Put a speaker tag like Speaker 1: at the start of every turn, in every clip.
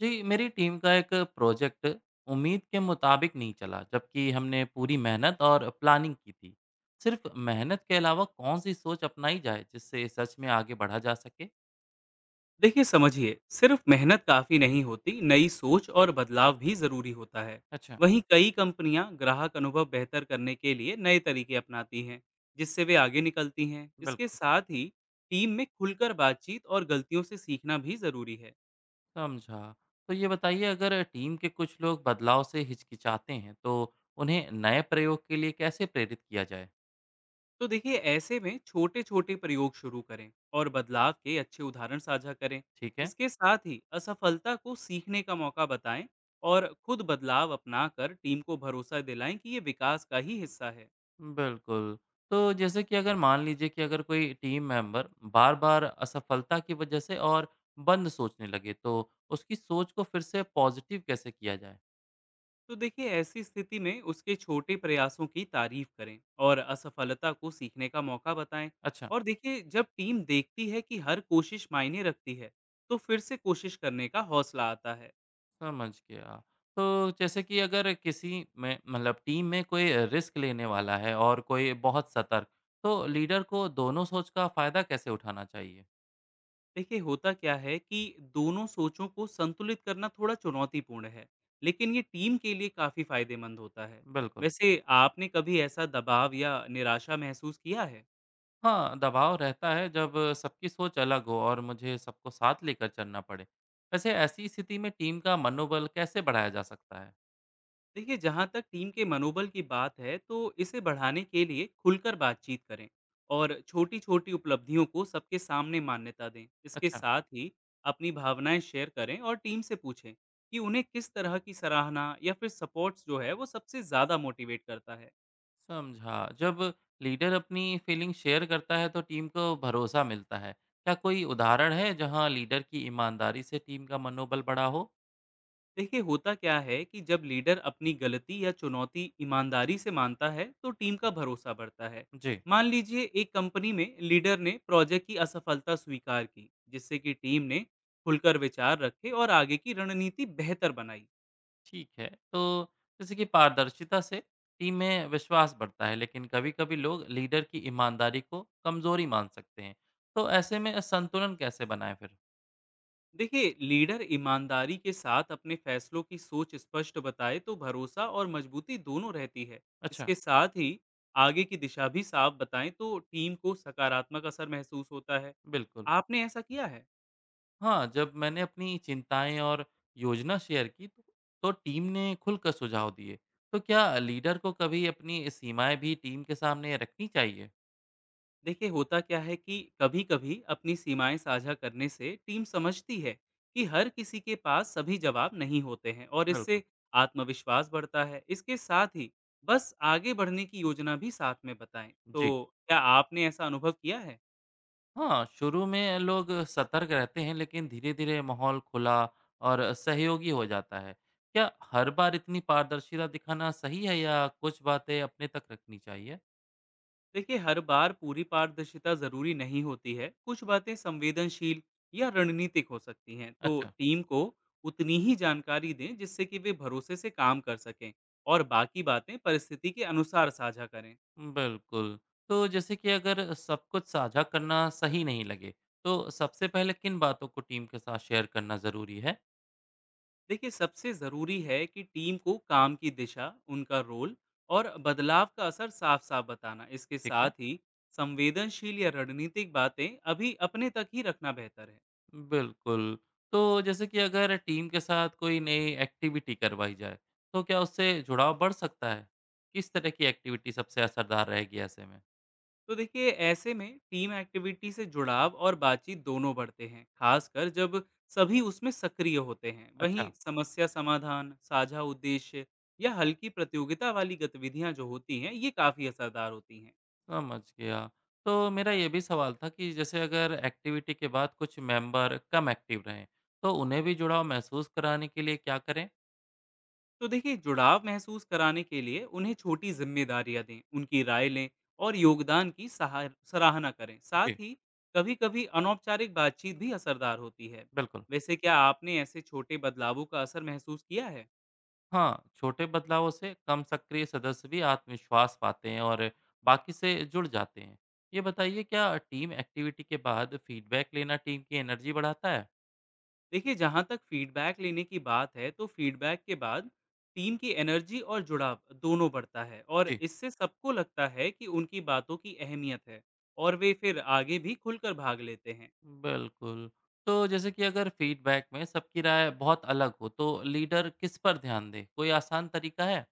Speaker 1: जी, मेरी टीम का एक प्रोजेक्ट उम्मीद के मुताबिक नहीं चला, जबकि हमने पूरी मेहनत और प्लानिंग की थी। सिर्फ मेहनत के अलावा कौन सी सोच अपनाई जाए जिससे सच में आगे बढ़ा जा सके?
Speaker 2: देखिए समझिए, सिर्फ मेहनत काफ़ी नहीं होती, नई सोच और बदलाव भी ज़रूरी होता है।
Speaker 1: अच्छा।
Speaker 2: वहीं कई कंपनियां ग्राहक अनुभव बेहतर करने के लिए नए तरीके अपनाती हैं, जिससे वे आगे निकलती हैं। इसके
Speaker 1: बिल्कुल।
Speaker 2: साथ ही टीम में खुलकर बातचीत और गलतियों से सीखना भी ज़रूरी है।
Speaker 1: समझा। तो ये बताइए, अगर टीम के कुछ लोग बदलाव से हिचकिचाते हैं, तो उन्हें नए प्रयोग के लिए कैसे प्रेरित किया जाए?
Speaker 2: तो देखिए, ऐसे में छोटे छोटे प्रयोग शुरू करें और बदलाव के अच्छे उदाहरण साझा करें।
Speaker 1: ठीक है।
Speaker 2: इसके साथ ही असफलता को सीखने का मौका बताएं और खुद बदलाव अपनाकर टीम को भरोसा दिलाएं कि ये विकास का ही हिस्सा है।
Speaker 1: बिल्कुल। तो जैसे कि अगर मान लीजिए कि अगर कोई टीम मेंबर बार-बार असफलता की वजह से और बंद सोचने लगे, तो उसकी सोच को फिर से पॉजिटिव कैसे किया जाए?
Speaker 2: तो देखिए, ऐसी स्थिति में उसके छोटे प्रयासों की तारीफ करें और असफलता को सीखने का मौका बताएं।
Speaker 1: अच्छा,
Speaker 2: और देखिए, जब टीम देखती है कि हर कोशिश मायने रखती है, तो फिर से कोशिश करने का हौसला आता है।
Speaker 1: समझ गया। तो जैसे कि अगर किसी में मतलब टीम में कोई रिस्क लेने वाला है और कोई बहुत सतर्क, तो लीडर को दोनों सोच का फ़ायदा कैसे उठाना चाहिए?
Speaker 2: देखिए, होता क्या है कि दोनों सोचों को संतुलित करना थोड़ा चुनौतीपूर्ण है, लेकिन ये टीम के लिए काफी फायदेमंद होता है।
Speaker 1: बिल्कुल।
Speaker 2: वैसे, आपने कभी ऐसा दबाव या निराशा महसूस किया है?
Speaker 1: हाँ, दबाव रहता है जब सबकी सोच अलग हो और मुझे सबको साथ लेकर चलना पड़े। वैसे ऐसी स्थिति में टीम का मनोबल कैसे बढ़ाया जा सकता है?
Speaker 2: देखिए, जहाँ तक टीम के मनोबल की बात है, तो इसे बढ़ाने के लिए खुलकर बातचीत करें और छोटी छोटी उपलब्धियों को सबके सामने मान्यता दें। इसके
Speaker 1: अच्छा,
Speaker 2: साथ ही अपनी भावनाएं शेयर करें और टीम से पूछें कि उन्हें किस तरह की सराहना या फिर सपोर्ट्स जो है वो सबसे ज़्यादा मोटिवेट करता है।
Speaker 1: समझा। जब लीडर अपनी फीलिंग शेयर करता है तो टीम को भरोसा मिलता है। क्या कोई उदाहरण है जहाँ लीडर की ईमानदारी से टीम का मनोबल बढ़ा हो?
Speaker 2: देखिए, होता क्या है कि जब लीडर अपनी गलती या चुनौती ईमानदारी से मानता है, तो टीम का भरोसा बढ़ता है।
Speaker 1: जी।
Speaker 2: मान लीजिए, एक कंपनी में लीडर ने प्रोजेक्ट की असफलता स्वीकार की, जिससे कि टीम ने खुलकर विचार रखे और आगे की रणनीति बेहतर बनाई।
Speaker 1: ठीक है। तो जैसे कि पारदर्शिता से टीम में विश्वास बढ़ता है, लेकिन कभी-कभी लोग लीडर की ईमानदारी को कमज़ोरी मान सकते हैं। तो ऐसे में संतुलन कैसे बनाएँ फिर?
Speaker 2: देखिए, लीडर ईमानदारी के साथ अपने फैसलों की सोच स्पष्ट बताए तो भरोसा और मजबूती दोनों रहती है।
Speaker 1: अच्छा,
Speaker 2: इसके साथ ही आगे की दिशा भी साफ बताएं तो टीम को सकारात्मक असर महसूस होता है।
Speaker 1: बिल्कुल।
Speaker 2: आपने ऐसा किया है?
Speaker 1: हाँ, जब मैंने अपनी चिंताएँ और योजना शेयर की, तो टीम ने खुलकर सुझाव दिए। तो क्या लीडर को कभी अपनी सीमाएँ भी टीम के सामने रखनी चाहिए?
Speaker 2: देखिए, होता क्या है कि कभी कभी अपनी सीमाएं साझा करने से टीम समझती है कि हर किसी के पास सभी जवाब नहीं होते हैं, और इससे
Speaker 1: बिल्कुल।
Speaker 2: आत्मविश्वास बढ़ता है। इसके साथ ही बस आगे बढ़ने की योजना भी साथ में बताएं तो
Speaker 1: जी।
Speaker 2: क्या आपने ऐसा अनुभव किया है?
Speaker 1: हाँ, शुरू में लोग सतर्क रहते हैं, लेकिन धीरे-धीरे माहौल खुला और सहयोगी हो जाता है। क्या हर बार इतनी पारदर्शिता दिखाना सही है या कुछ बातें अपने तक रखनी चाहिए?
Speaker 2: देखिए, हर बार पूरी पारदर्शिता जरूरी नहीं होती है, कुछ बातें संवेदनशील या रणनीतिक हो सकती हैं, तो
Speaker 1: अच्छा।
Speaker 2: टीम को उतनी ही जानकारी दें जिससे कि वे भरोसे से काम कर सकें और बाकी बातें परिस्थिति के अनुसार साझा करें।
Speaker 1: बिल्कुल। तो जैसे कि अगर सब कुछ साझा करना सही नहीं लगे, तो सबसे पहले किन बातों को टीम के साथ शेयर करना ज़रूरी है?
Speaker 2: देखिए, सबसे ज़रूरी है कि टीम को काम की दिशा, उनका रोल और बदलाव का असर साफ-साफ बताना। इसके
Speaker 1: ठीक
Speaker 2: साथ
Speaker 1: है।
Speaker 2: ही संवेदनशील या रणनीतिक बातें अभी अपने तक ही रखना बेहतर है।
Speaker 1: बिल्कुल। तो जैसे कि अगर टीम के साथ कोई नई एक्टिविटी करवाई जाए, तो क्या उससे जुड़ाव बढ़ सकता है? किस तरह की एक्टिविटी सबसे असरदार रहेगी ऐसे में?
Speaker 2: तो देखिए, ऐसे में टीम एक्टिविटी से जुड़ाव और बातचीत दोनों बढ़ते हैं, खासकर जब सभी उसमें सक्रिय होते हैं। वहीं
Speaker 1: अच्छा।
Speaker 2: समस्या समाधान, साझा उद्देश्य या हल्की प्रतियोगिता वाली गतिविधियां जो होती हैं, ये काफ़ी असरदार होती हैं।
Speaker 1: समझ गया। तो मेरा ये भी सवाल था कि जैसे अगर एक्टिविटी के बाद कुछ मेंबर कम एक्टिव रहें, तो उन्हें भी जुड़ाव महसूस कराने के लिए क्या करें?
Speaker 2: तो देखिए, जुड़ाव महसूस कराने के लिए उन्हें छोटी जिम्मेदारियां दें, उनकी राय लें और योगदान की सराहना करें। साथ
Speaker 1: जी,
Speaker 2: ही कभी कभी अनौपचारिक बातचीत भी असरदार होती है।
Speaker 1: बिल्कुल।
Speaker 2: वैसे, क्या आपने ऐसे छोटे बदलावों का असर महसूस किया है?
Speaker 1: हाँ, छोटे बदलावों से कम सक्रिय सदस्य भी आत्मविश्वास पाते हैं और बाकी से जुड़ जाते हैं। ये बताइए क्या टीम एक्टिविटी के बाद फीडबैक लेना टीम की एनर्जी बढ़ाता है?
Speaker 2: देखिए, जहाँ तक फीडबैक लेने की बात है, तो फीडबैक के बाद टीम की एनर्जी और जुड़ाव दोनों बढ़ता है और
Speaker 1: जी।
Speaker 2: इससे सबको लगता है कि उनकी बातों की अहमियत है और वे फिर आगे भी खुलकर भाग लेते हैं।
Speaker 1: बिल्कुल। तो जैसे कि अगर फीडबैक में सबकी राय बहुत अलग हो तो लीडर किस पर ध्यान दे? कोई आसान तरीका है?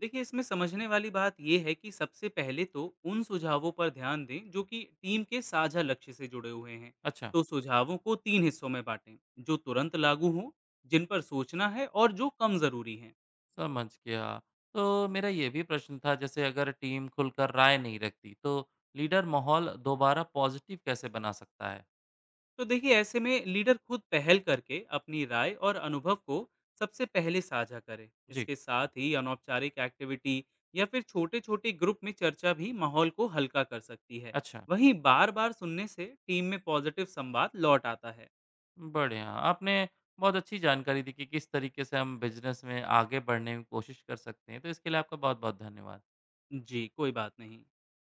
Speaker 2: देखिए, इसमें समझने वाली बात यह है कि सबसे पहले तो उन सुझावों पर ध्यान दें जो कि टीम के साझा लक्ष्य से जुड़े हुए हैं,
Speaker 1: अच्छा।
Speaker 2: तो सुझावों को 3 हिस्सों में बांटें, जो तुरंत लागू हों, जिन पर सोचना है और जो कम ज़रूरी हैं।
Speaker 1: समझ गया। तो मेरा ये भी प्रश्न था जैसे अगर टीम खुलकर राय नहीं रखती तो लीडर माहौल दोबारा पॉजिटिव कैसे बना सकता है?
Speaker 2: तो देखिए, ऐसे में लीडर खुद पहल करके अपनी राय और अनुभव को सबसे पहले साझा करें।
Speaker 1: जी।
Speaker 2: इसके साथ ही अनौपचारिक एक्टिविटी या फिर छोटे छोटे ग्रुप में चर्चा भी माहौल को हल्का कर सकती है।
Speaker 1: अच्छा।
Speaker 2: वहीं बार बार सुनने से टीम में पॉजिटिव संवाद लौट आता है।
Speaker 1: बढ़िया। आपने बहुत अच्छी जानकारी दी कि किस तरीके से हम बिज़नेस में आगे बढ़ने की कोशिश कर सकते हैं। तो इसके लिए आपका बहुत-बहुत धन्यवाद।
Speaker 2: जी, कोई बात नहीं।